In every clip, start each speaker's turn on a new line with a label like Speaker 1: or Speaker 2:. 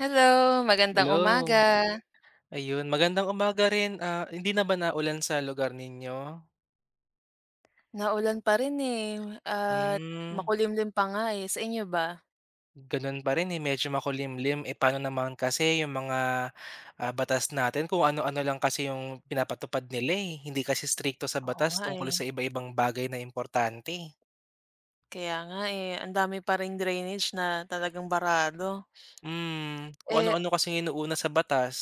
Speaker 1: Hello, magandang umaga.
Speaker 2: Hello, ayun magandang umaga rin, ah, hindi na ba naulan sa lugar ninyo?
Speaker 1: Naulan pa rin, eh, at
Speaker 2: Hmm,
Speaker 1: makulimlim pa nga, eh. Sa inyo ba?
Speaker 2: Ganun pa rin, eh, medyo makulimlim, eh, paano naman kasi yung mga, batas natin kung ano-ano lang kasi yung pinapatupad nila, eh, hindi kasi strikto sa
Speaker 1: Oo
Speaker 2: batas
Speaker 1: nga,
Speaker 2: tungkol
Speaker 1: eh.
Speaker 2: sa iba-ibang bagay na importante.
Speaker 1: Kaya nga, eh. Ang dami pa ring drainage na talagang barado.
Speaker 2: Kung
Speaker 1: Eh
Speaker 2: ano-ano kasing inuuna sa batas.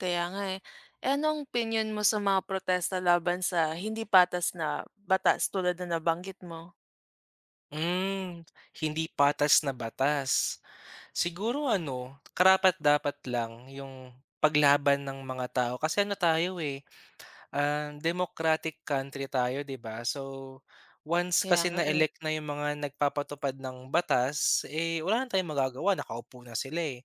Speaker 1: kaya nga, eh. Eh, ano ang opinyon mo sa mga protesta laban sa hindi patas na batas tulad na nabanggit mo?
Speaker 2: Hmm, Hindi patas na batas. Siguro ano, karapat-dapat lang yung paglaban ng mga tao kasi ano tayo eh, democratic country tayo, 'di ba? So, once
Speaker 1: Kaya
Speaker 2: kasi
Speaker 1: nga, eh.
Speaker 2: na-elect na yung mga nagpapatupad ng batas, eh, wala na tayong magagawa, nakaupo na sila, eh.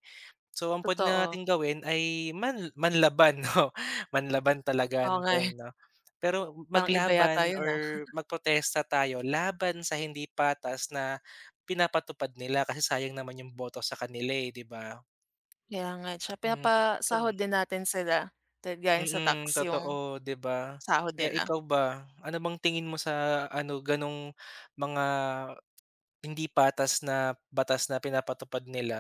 Speaker 2: So, ang puwede na
Speaker 1: Totoo.
Speaker 2: nating gawin ay manlaban 'no, manlaban talaga
Speaker 1: Oo
Speaker 2: ang
Speaker 1: nga, eh.
Speaker 2: term, 'no. Pero
Speaker 1: Parang iba
Speaker 2: maglaban
Speaker 1: yata yun, ah.
Speaker 2: or magprotesta tayo laban sa hindi patas na pinapatupad nila kasi sayang naman yung boto sa kanila, eh, 'di ba?
Speaker 1: Kaya nga, eh. Tsaka
Speaker 2: Hmm, Ikaw.
Speaker 1: pinapasahod din natin sila dahil
Speaker 2: Mm,
Speaker 1: galing sa
Speaker 2: mm,
Speaker 1: tax yung
Speaker 2: totoo, 'di ba?
Speaker 1: sahod
Speaker 2: Kaya
Speaker 1: nila.
Speaker 2: ikaw ba, ano bang tingin mo sa ano ganong mga hindi patas na batas na pinapatupad nila?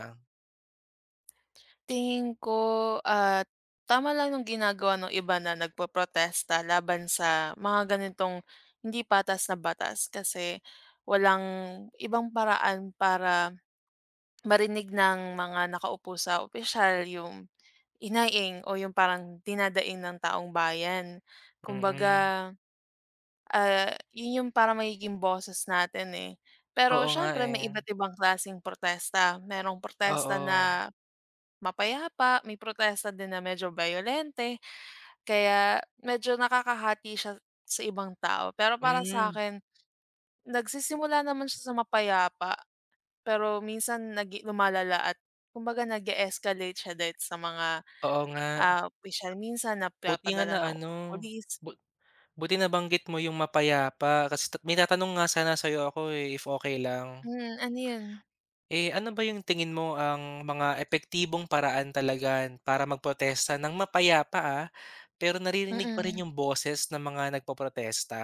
Speaker 1: Tingin ko, ah, tama lang yung ginagawa ng iba na nagpoprotesta laban sa mga ganitong hindi patas na batas kasi walang ibang paraan para marinig ng mga nakaupo sa opisyal yung inaing o yung parang dinadaing ng taong bayan.
Speaker 2: Mm, mm.
Speaker 1: Kumbaga, yun yung parang magiging boses natin, eh. Pero
Speaker 2: Oo nga,
Speaker 1: siyempre
Speaker 2: eh,
Speaker 1: may iba't ibang klaseng protesta. Merong protesta
Speaker 2: oo.
Speaker 1: na mapayapa, may protesta din na medyo violente, kaya medyo nakakahati siya sa ibang tao. Pero para sa
Speaker 2: Hmm.
Speaker 1: akin, nagsisimula naman siya sa mapayapa, pero minsan nagi lumalala at kumbaga nag escalate siya dahil sa mga,
Speaker 2: Oo nga.
Speaker 1: opisyal minsan
Speaker 2: Buti nga
Speaker 1: napapadala
Speaker 2: na
Speaker 1: ng
Speaker 2: ano,
Speaker 1: pulis.
Speaker 2: bu buti nabanggit mo yung mapayapa kasi may tatanong nga sana sa'yo ako, eh, if okey lang.
Speaker 1: Mm, ano 'yun?
Speaker 2: Eh, ano ba yung tingin mo ang mga epektibong paraan talaga para magprotesta ng mapayapa, pero naririnig pa
Speaker 1: Mm.
Speaker 2: rin yung boses ng mga nagpoprotesta?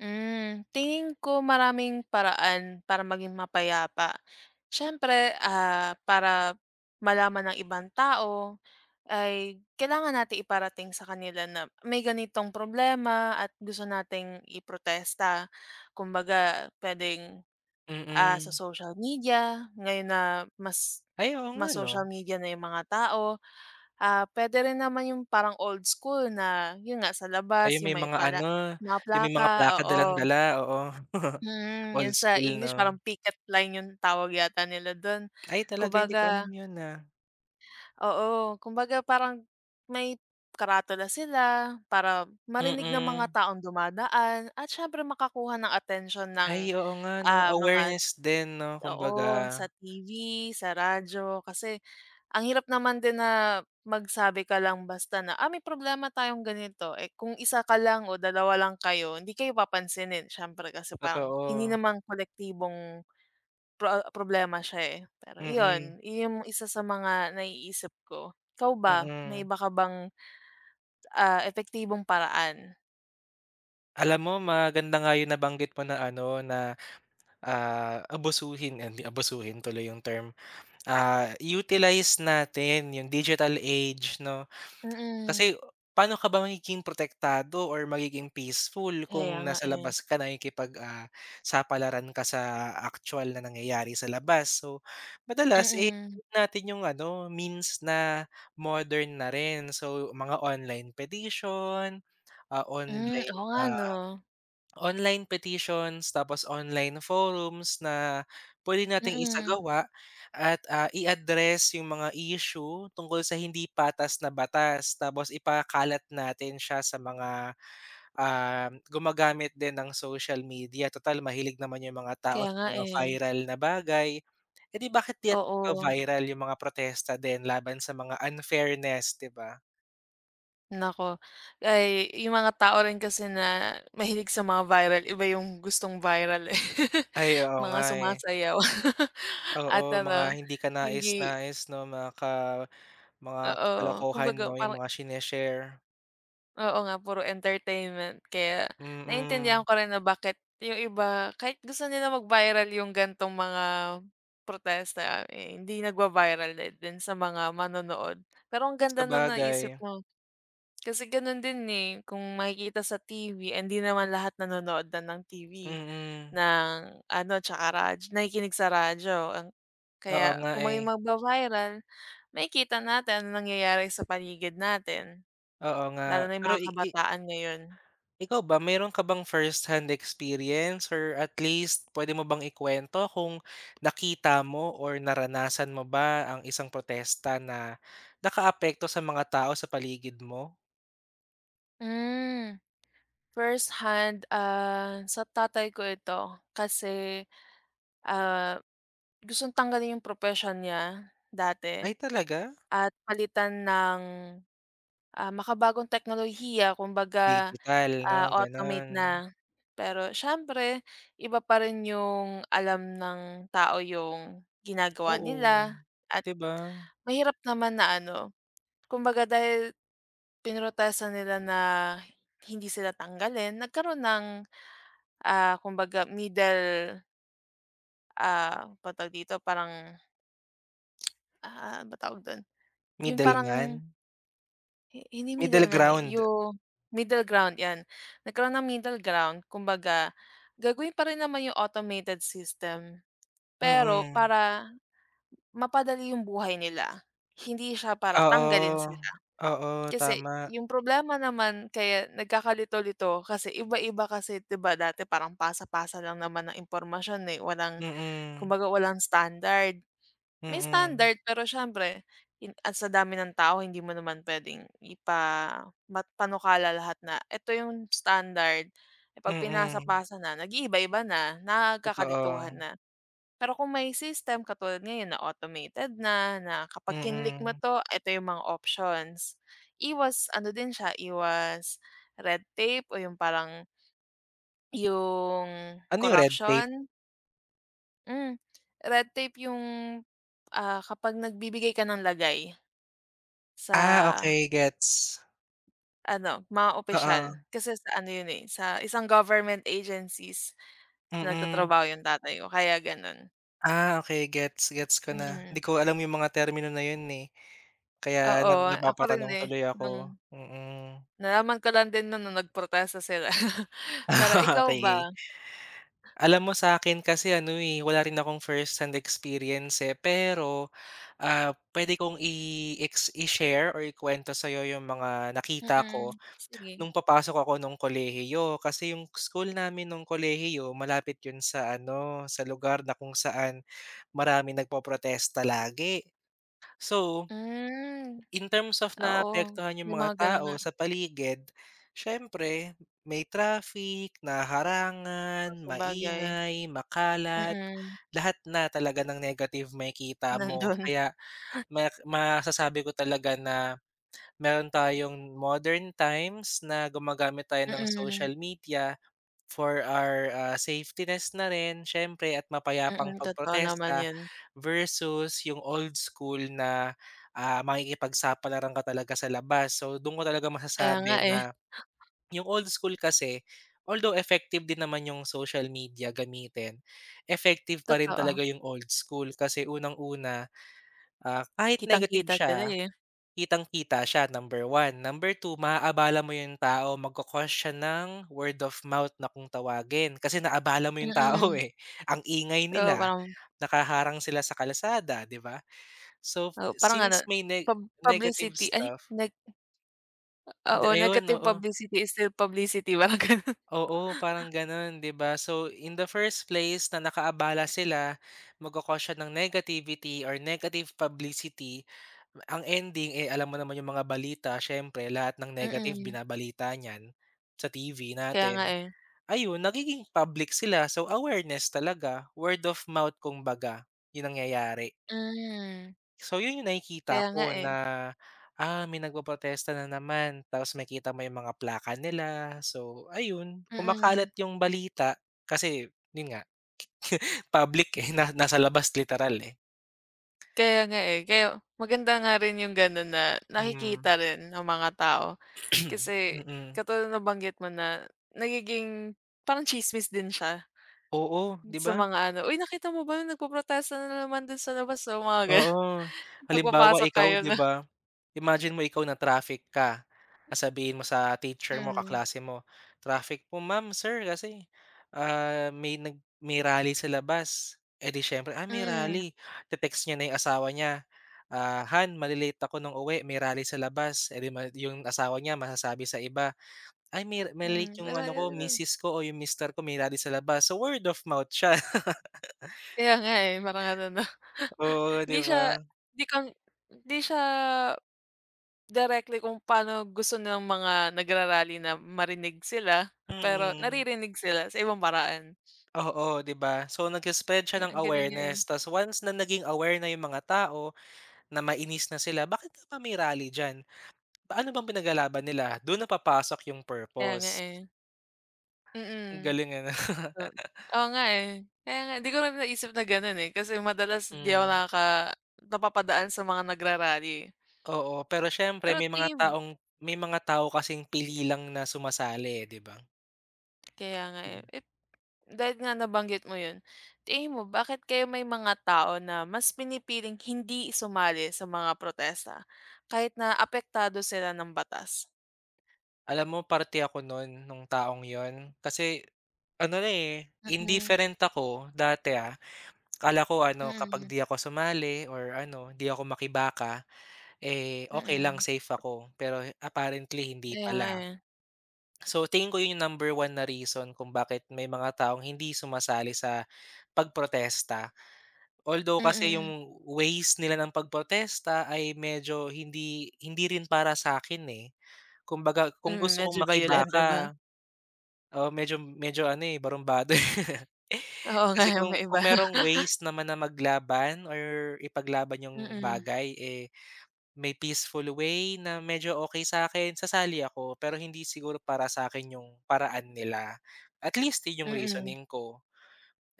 Speaker 1: Hmm, tingin ko maraming paraan para maging mapayapa. Siyempre, para malaman ng ibang tao ay kailangan natin iparating sa kanila na may ganitong problema at gusto nating iprotesta. Kumbaga puwedeng, sa
Speaker 2: Mm.
Speaker 1: social media ngayon na mas
Speaker 2: Ay, oo nga,
Speaker 1: mas
Speaker 2: 'no.
Speaker 1: social media na yung mga tao, puwede rin naman yung parang old school na yun nga sa
Speaker 2: Ay,
Speaker 1: labas
Speaker 2: yung
Speaker 1: yung
Speaker 2: may
Speaker 1: may
Speaker 2: mga
Speaker 1: pala
Speaker 2: ano,
Speaker 1: mga
Speaker 2: yung may
Speaker 1: plaka,
Speaker 2: mga plaka,
Speaker 1: oo.
Speaker 2: dalang-dala, oo.
Speaker 1: Mm,
Speaker 2: Old
Speaker 1: yun sa
Speaker 2: school,
Speaker 1: English
Speaker 2: 'no.
Speaker 1: parang picket line yung tawag yata nila dun.
Speaker 2: Ay, talaga hindi ko alam
Speaker 1: Kumbaga
Speaker 2: yun, ah.
Speaker 1: oo, kumbaga parang may karatula sila para marinig ng mga
Speaker 2: Mm.
Speaker 1: taong dumadaan at siyempre makakuha ng attention
Speaker 2: Ay,
Speaker 1: ng,
Speaker 2: oo nga, 'no,
Speaker 1: mga
Speaker 2: awareness din, 'no, kumbaga.
Speaker 1: oo, sa TV, sa radyo. Kasi ang hirap naman din na magsabi ka lang basta na, "Ah, may problema tayong ganito." Eh, kung isa ka lang o dalawa lang kayo, hindi kayo papansinin siyempre kasi parang hindi
Speaker 2: Totoo,
Speaker 1: naman kolektibong problema siya, eh. Pero
Speaker 2: mm,
Speaker 1: iyon yung isa sa mga naiisip ko. Ikaw ba, may
Speaker 2: mm.
Speaker 1: iba ka bang, epektibong paraan?
Speaker 2: Alam mo, maganda nga yung nabanggit mo na ano, na, abusuhin eh, hindi abusuhin tuloy yung term, utilize natin yung digital age, 'no.
Speaker 1: Mm,
Speaker 2: Kasi paano ka ba magiging protektado or magiging peaceful
Speaker 1: kaya
Speaker 2: kung
Speaker 1: nga,
Speaker 2: nasa
Speaker 1: eh.
Speaker 2: labas ka nakikipag, ah, sapalaran ka sa aktuwal na nangyayari sa labas. So, madalas, eh,
Speaker 1: Mm-mm. Mm.
Speaker 2: natin yung ano, means na modern na rin. So, mga ah,
Speaker 1: Hmm,
Speaker 2: online,
Speaker 1: oo nga 'no?
Speaker 2: ah online petitions, tapos online forums na pwede nating
Speaker 1: Mm,
Speaker 2: isagawa at, i-address yung mga issue tungkol sa hindi patas na batas. Tapos ipakalat natin siya sa mga, gumagamit din ng social media. Total mahilig naman yung mga tao
Speaker 1: kaya
Speaker 2: sa
Speaker 1: nga,
Speaker 2: mga
Speaker 1: eh.
Speaker 2: viral na bagay. Eh, di bakit di at
Speaker 1: Oo,
Speaker 2: viral yung mga protesta din laban sa mga unfairness, di ba?
Speaker 1: naku. Ay, yung mga tao rin kasi na mahilig sa mga viral, iba yung gustong viral, eh.
Speaker 2: Ay, oo
Speaker 1: Mga
Speaker 2: nga, eh.
Speaker 1: sumasayaw
Speaker 2: Oo,
Speaker 1: at
Speaker 2: mga
Speaker 1: ano,
Speaker 2: hindi
Speaker 1: hindi
Speaker 2: kanais-nais, 'no, mga
Speaker 1: oo,
Speaker 2: kalokohan,
Speaker 1: kumbaga
Speaker 2: 'no, yung
Speaker 1: parang
Speaker 2: mga shine-share,
Speaker 1: oo nga, puro entertainment kaya
Speaker 2: mm.
Speaker 1: naintindihan ko rin na bakit yung iba kahit gusto nila mag-viral yung gantong mga protesta, eh, hindi nagva-viral na din sa mga manonood. Pero ang ganda na naisip
Speaker 2: Sabagay.
Speaker 1: mo, kasi gano'n din, eh, kung makikita sa TV, eh, hindi naman lahat nanonood na ng TV,
Speaker 2: Mm.
Speaker 1: ng ano, tsaka radyo nakikinig sa radyo ang
Speaker 2: Oo
Speaker 1: kaya
Speaker 2: nga,
Speaker 1: kung
Speaker 2: eh,
Speaker 1: maging magva-viral, makikita natin anong nangyayari sa paligid natin,
Speaker 2: oo nga.
Speaker 1: lalo na yung
Speaker 2: Pero
Speaker 1: mga
Speaker 2: i
Speaker 1: kabataan ngayon.
Speaker 2: ikaw ba, meron ka bang first-hand experience or at least puwede mo bang ikuwento kung nakita mo or naranasan mo ba ang isang protesta na nakaapekto sa mga tao sa paligid mo?
Speaker 1: Hmm, first hand, sa tatay ko ito kasi, ah, gustong tanggalin yung profession niya dati
Speaker 2: Ay, talaga?
Speaker 1: at palitan ng, makabagong teknolohiya kumbaga,
Speaker 2: Digital, 'no,
Speaker 1: automate
Speaker 2: gano'n.
Speaker 1: na. Pero siyempre iba pa rin yung alam ng tao yung ginagawa
Speaker 2: Oo,
Speaker 1: nila at
Speaker 2: 'di ba?
Speaker 1: mahirap naman na ano, kumbaga dahil pinrotesta nila na hindi sila tanggalin, nagkaroon ng ah, kumbaga middle, patag dito, parang, ano ba tawag dun? Yung parang
Speaker 2: Middleman,
Speaker 1: hindi
Speaker 2: middle
Speaker 1: middleman, eh,
Speaker 2: ground,
Speaker 1: yung middle ground, 'yan. Nagkaroon ng middle ground, kumbaga gagawin pa rin naman yung automated system, pero
Speaker 2: mm.
Speaker 1: para mapadali yung buhay nila. Hindi siya para tanggalin
Speaker 2: Oo,
Speaker 1: sila.
Speaker 2: oo,
Speaker 1: Kasi
Speaker 2: tama.
Speaker 1: yung problema naman kaya nagkakalito-lito kasi iba-iba kasi 'di ba dati parang pasa-pasa lang naman ng impormasyon, eh, walang
Speaker 2: Mm,
Speaker 1: kumbaga walang standard. May
Speaker 2: mm,
Speaker 1: standard pero siyempre at sa dami ng tao hindi mo naman puwedeng mat panukala lahat na ito yung standard, e 'pag
Speaker 2: mm,
Speaker 1: pinasa-pasa na nag-iiba-iba na,
Speaker 2: totoo,
Speaker 1: nagkakalituhan na. Pero kung may system katulad ngayon na automated na, na kapag kinlik mo
Speaker 2: mm.
Speaker 1: 'to, ito yung mga options. Iwas ano din siya, iwas red tape o yung parang yung
Speaker 2: Ano yung red tape?
Speaker 1: corruption. Hmm, red tape yung, kapag nagbibigay ka ng lagay.
Speaker 2: Ah,
Speaker 1: Sa
Speaker 2: okey, gets,
Speaker 1: ano, mga opisyal.
Speaker 2: oo,
Speaker 1: Kasi sa ano yun, eh, sa isang government agencies na
Speaker 2: mm.
Speaker 1: nagtatrabaho yung tatay ko kaya gano'n.
Speaker 2: Ah, okey, gets, gets ko na.
Speaker 1: Mm,
Speaker 2: Di ko alam yung mga termino na yun, eh, kaya
Speaker 1: oo,
Speaker 2: na
Speaker 1: ako rin,
Speaker 2: napapatanong
Speaker 1: eh,
Speaker 2: tuloy
Speaker 1: nung
Speaker 2: ako, mm.
Speaker 1: nalaman ko lang din nun nung nagprotesta sila. Pero ikaw
Speaker 2: Okey.
Speaker 1: ba?
Speaker 2: Alam mo, sa'kin kasi ano, eh, wala rin akong first hand experience, eh, pero ah, pwede kong i-share or ikuwento sa'yo yung mga nakita
Speaker 1: Mm,
Speaker 2: ko
Speaker 1: sige.
Speaker 2: nung papasok ako nung kolehiyo. Kasi yung school namin nung kolehiyo, malapit yun sa ano, sa lugar na kung saan maraming nagpoprotesta lagi. So,
Speaker 1: Hmm,
Speaker 2: in terms of
Speaker 1: oo,
Speaker 2: naapektuhan yung
Speaker 1: may
Speaker 2: mga
Speaker 1: mga gano'n
Speaker 2: tao
Speaker 1: nga.
Speaker 2: sa paligid, siyempre may traffic, naharangan,
Speaker 1: Oh, sabagay,
Speaker 2: maingay, makalat,
Speaker 1: mm,
Speaker 2: lahat na talaga ng negative makikita mo.
Speaker 1: nandun.
Speaker 2: Kaya masasabi ko talaga na meron tayong modern times na gumagamit tayo ng
Speaker 1: Mm,
Speaker 2: social media for our, safetyness na rin siyempre, at mapayapang
Speaker 1: mm, totoo naman
Speaker 2: pagprotesta
Speaker 1: yun.
Speaker 2: versus yung old school na, makikipagsapalaran ka talaga sa labas. So, dun ko talaga
Speaker 1: Kaya nga,
Speaker 2: masasabi
Speaker 1: eh,
Speaker 2: na yung old school kasi although effective din naman yung social media gamitin, effective pa rin
Speaker 1: totoo.
Speaker 2: talaga yung old school kasi unang-una, kahit negative
Speaker 1: Kitang-kita sila,
Speaker 2: siya,
Speaker 1: eh,
Speaker 2: kitang-kita siya, number one. Number two, maaabala mo yung tao, magko siya ng word of mouth na kung tawagin. Kasi naabala mo yung tao,
Speaker 1: mm.
Speaker 2: eh, ang ingay
Speaker 1: Oo,
Speaker 2: nila,
Speaker 1: parang
Speaker 2: nakaharang sila sa kalsada, 'di ba? So,
Speaker 1: oo, parang ano,
Speaker 2: since may negative
Speaker 1: publicity ay
Speaker 2: stuff,
Speaker 1: nag oo,
Speaker 2: ayun,
Speaker 1: negative
Speaker 2: oo.
Speaker 1: publicity is still publicity, parang gano'n.
Speaker 2: Oo, parang gano'n, 'di ba? So, in the first place na nakaabala sila, magko siya ng negativity or negative publicity. Ang ending, eh, alam mo naman yung mga balita siyempre, lahat ng negative
Speaker 1: Mm,
Speaker 2: binabalita niyan sa TV
Speaker 1: kaya nga,
Speaker 2: natin.
Speaker 1: eh.
Speaker 2: Ayun, nagiging public sila. So, awareness talaga, word of mouth kumbaga, yun ang nangyayari.
Speaker 1: Hmm,
Speaker 2: So yun yung nakikita
Speaker 1: kaya nga,
Speaker 2: ko
Speaker 1: eh.
Speaker 2: na, may nagpoprotesta na naman tapos makita mo yung mga plaka nila. So ayun,
Speaker 1: Mm,
Speaker 2: kumakalat yung balita kasi yun nga, public, eh, na nasa labas literal, eh.
Speaker 1: kaya nga, eh. Kaya maganda nga rin yung gano'n na
Speaker 2: Hmm, mm.
Speaker 1: nakikita rin ng mga tao kasi
Speaker 2: Mm-mm.
Speaker 1: katulad ng nabanggit mo na nagiging parang tsismis din siya
Speaker 2: Oo, 'di
Speaker 1: sa
Speaker 2: ba?
Speaker 1: mga ano, "Uy, nakita mo ba nagpoprotesta na naman do'n sa labas, oh," mga gano'n.
Speaker 2: Oo.
Speaker 1: Pag
Speaker 2: Halimbawa ikaw
Speaker 1: kayo
Speaker 2: 'di
Speaker 1: na
Speaker 2: ba, imagine mo ikaw na-traffic ka, sasabihin mo sa teacher mo,
Speaker 1: mm,
Speaker 2: kaklase mo, "Traffic po, ma'am, sir, kasi, may rally sa labas." Eh, di siyempre, "Ah, may
Speaker 1: mm,
Speaker 2: rally." Te-text niya na yung asawa niya, ah, "Han, male-late ako ng uwi, may rally sa labas." Eh, di yung asawa niya masasabi sa iba, "Ay, may
Speaker 1: mm.
Speaker 2: male-late yung
Speaker 1: Wala
Speaker 2: ano ko,
Speaker 1: yun.
Speaker 2: misis ko o yung mister ko, may rally sa labas." So, word of mouth siya.
Speaker 1: Kaya nga, eh, parang ano 'no,
Speaker 2: Oo,
Speaker 1: hindi
Speaker 2: 'di ba?
Speaker 1: siya hindi kang hindi siya directly kung paano gusto ng mga nagra na marinig sila, pero
Speaker 2: Mm.
Speaker 1: naririnig sila sa ibang paraan.
Speaker 2: Oo, 'di ba? So nag-spread siya
Speaker 1: Eh,
Speaker 2: ng
Speaker 1: ang galing nga, eh.
Speaker 2: awareness, tas once na naging aware na yung mga tao, na mainis na sila, bakit ka pa may rally diyan? Ano bang pinaglalaban nila? Dun na papasok yung
Speaker 1: Kaya nga,
Speaker 2: purpose.
Speaker 1: eh.
Speaker 2: Ang
Speaker 1: Mm.
Speaker 2: galing ano?
Speaker 1: O oo nga, eh. Kaya nga hindi ko rin naisip na gano'n, eh, kasi madalas hindi ako
Speaker 2: Hmm,
Speaker 1: nakaka napapadaan sa mga nagra
Speaker 2: oo. Pero siyempre
Speaker 1: Pero tingin
Speaker 2: may mga tao kasing pili lang na sumasali, eh, 'di ba?
Speaker 1: kaya nga,
Speaker 2: Mm.
Speaker 1: eh. Dahil nga nabanggit mo yun, tingin mo bakit kaya may mga tao na mas pinipiling hindi sumali sa mga protesta kahit na apektado sila ng batas?
Speaker 2: Alam mo, parte ako nun, nung taong yon. Kasi ano na, eh,
Speaker 1: Mm,
Speaker 2: indifferent ako dati, ah. Akala ko ano kapag
Speaker 1: mm,
Speaker 2: 'di ako sumali or ano, 'di ako makibaka. Eh, okay lang
Speaker 1: mm.
Speaker 2: safe ako, pero apparently hindi
Speaker 1: Kaya nga
Speaker 2: pala.
Speaker 1: eh.
Speaker 2: So tingin ko yun yung number one na reason kung bakit may mga taong hindi sumasali sa pagprotesta. Although kasi yung
Speaker 1: Mm,
Speaker 2: ways nila ng pagprotesta ay medyo hindi hindi rin para sa'kin, eh. Kumbaga kung
Speaker 1: mm,
Speaker 2: gusto
Speaker 1: medyo
Speaker 2: kong
Speaker 1: bayolente
Speaker 2: makibaka,
Speaker 1: ba?
Speaker 2: oo, medyo medyo ano, eh, barumbado.
Speaker 1: Oo nga,
Speaker 2: Kasi kung
Speaker 1: may iba.
Speaker 2: kung merong ways naman na maglaban or ipaglaban yung
Speaker 1: Mm,
Speaker 2: bagay, eh, may peaceful way na medyo okey sa'kin, sasali ako pero hindi siguro para sa akin yung paraan nila. At least yun yung
Speaker 1: mm.
Speaker 2: reasoning ko.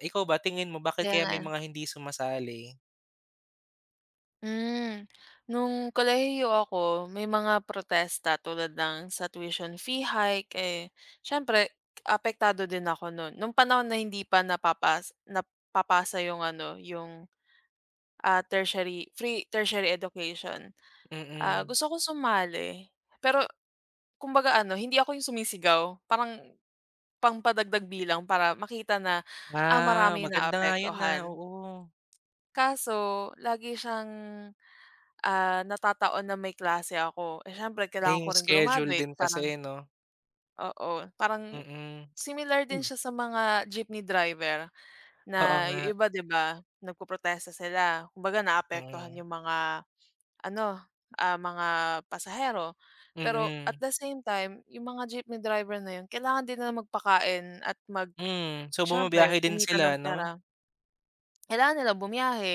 Speaker 2: Ikaw ba, tingin mo bakit
Speaker 1: Kaya
Speaker 2: kaya
Speaker 1: nga
Speaker 2: may
Speaker 1: eh.
Speaker 2: mga hindi sumasali?
Speaker 1: Hmm, nung kolehiyo ako may mga protesta tulad ng sa tuition fee hike, eh, siyempre apektado din ako noon. Nung panahon na hindi pa napapasa yung ano, yung, tertiary free tertiary education. Ah,
Speaker 2: Mm.
Speaker 1: gusto ko sumali, pero kumbaga ano, hindi ako yung sumisigaw, parang pangpadagdag bilang para makita na,
Speaker 2: Ah,
Speaker 1: marami na
Speaker 2: maganda nga yun, ah,
Speaker 1: naapektuhan.
Speaker 2: oo.
Speaker 1: Kaso lagi siyang natataon na may klase ako. Eh, siyempre
Speaker 2: Eh,
Speaker 1: kailangan ko
Speaker 2: yung
Speaker 1: rin
Speaker 2: schedule
Speaker 1: grumaduate
Speaker 2: din kasi,
Speaker 1: parang
Speaker 2: 'no?
Speaker 1: oo, parang
Speaker 2: Mm-mm.
Speaker 1: similar din
Speaker 2: Mm. Hmm.
Speaker 1: siya sa mga jeepney driver
Speaker 2: Oo
Speaker 1: na
Speaker 2: nga,
Speaker 1: yung iba 'di ba, nagpoprotesta sila. Kumbaga naapektuhan
Speaker 2: mm.
Speaker 1: yung mga ano, mga pasahero. Pero
Speaker 2: Mm-mm.
Speaker 1: at
Speaker 2: Mm.
Speaker 1: the same time, yung mga jeepney driver na yun kailangan din nila magpakain at mag
Speaker 2: Hmm, so
Speaker 1: siyempre
Speaker 2: bumibiyahe din
Speaker 1: kumita ng
Speaker 2: sila, 'no?
Speaker 1: pera. Kailangan nila bumiyahe,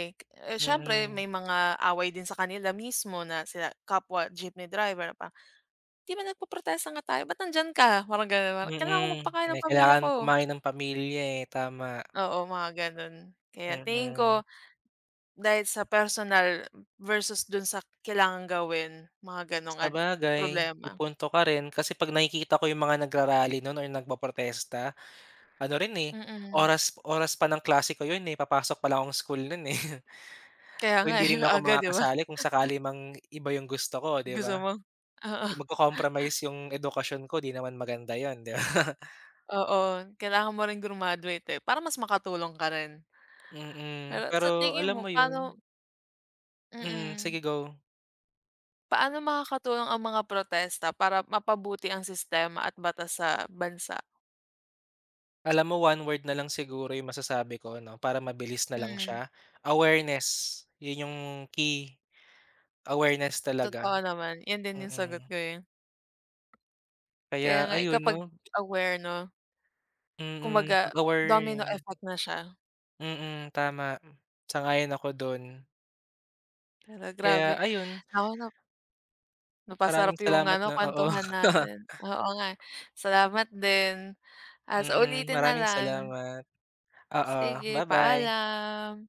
Speaker 1: eh, siyempre may
Speaker 2: Mm,
Speaker 1: mga away din sa kanila mismo na sila kapwa jeepney driver na 'Di ba nagpoprotesta nga tayo, ba't nandiyan ka? Parang gano'n, parang kailangan ko
Speaker 2: mm.
Speaker 1: magpakain
Speaker 2: Eh,
Speaker 1: ng pamilya
Speaker 2: kailangan
Speaker 1: ko.
Speaker 2: kumain ng pamilya, eh, tama.
Speaker 1: Oo, mga gano'n. Kaya tingin ko
Speaker 2: Mm.
Speaker 1: dahil sa personal versus dun sa kailangang gawin, mga gano'ng
Speaker 2: Sabagay, may
Speaker 1: problema.
Speaker 2: punto ka rin kasi 'pag nakikita ko yung mga nagra-rally nun or nagpoprotesta, ano rin, eh,
Speaker 1: Mm.
Speaker 2: oras oras pa ng klase ko yun, eh, papasok pa lang akong school nun, eh.
Speaker 1: Kaya
Speaker 2: So,
Speaker 1: nga, eh,
Speaker 2: hindi rin ako
Speaker 1: aga 'di ba?
Speaker 2: makakasali kung sakali mang iba yung gusto ko, 'di
Speaker 1: Gusto
Speaker 2: ba?
Speaker 1: mo? Oo,
Speaker 2: Eh, magko-compromise yung edukasyon ko, 'di naman maganda yun, 'di ba?
Speaker 1: oo, kailangan mo rin grumaduate, eh, para mas makatulong ka rin.
Speaker 2: Mm,
Speaker 1: Pero sa
Speaker 2: pero
Speaker 1: tingin
Speaker 2: alam
Speaker 1: mo
Speaker 2: mo
Speaker 1: paano
Speaker 2: yun. Mm,
Speaker 1: mm,
Speaker 2: sige, go.
Speaker 1: paano makakatulong ang mga protesta para mapabuti ang sistema at batas sa bansa?
Speaker 2: Alam mo, one word na lang siguro yung masasabi ko, 'no, para mabilis na lang siya,
Speaker 1: Hmm.
Speaker 2: awareness. Yun yung key, awareness talaga,
Speaker 1: Totoo naman, 'yun din yung
Speaker 2: mm.
Speaker 1: sagot ko, eh.
Speaker 2: Kaya
Speaker 1: Kaya nga, eh,
Speaker 2: ayun, 'no,
Speaker 1: kapag aware 'no,
Speaker 2: mm,
Speaker 1: kumbaga domino
Speaker 2: pag-aware,
Speaker 1: effect na siya.
Speaker 2: mm, tama, sang-ayon ako dun.
Speaker 1: Pero grabe,
Speaker 2: Kaya ayun,
Speaker 1: naku na napasarap
Speaker 2: maraming
Speaker 1: yung
Speaker 2: salamat,
Speaker 1: ano,
Speaker 2: 'no, oo.
Speaker 1: kuwentuhan natin. Oo nga, salamat din. Ah, sa
Speaker 2: Mm,
Speaker 1: ulitin na
Speaker 2: maraming
Speaker 1: lang.
Speaker 2: salamat. Oo,
Speaker 1: Sige,
Speaker 2: ba-bye.
Speaker 1: paalam.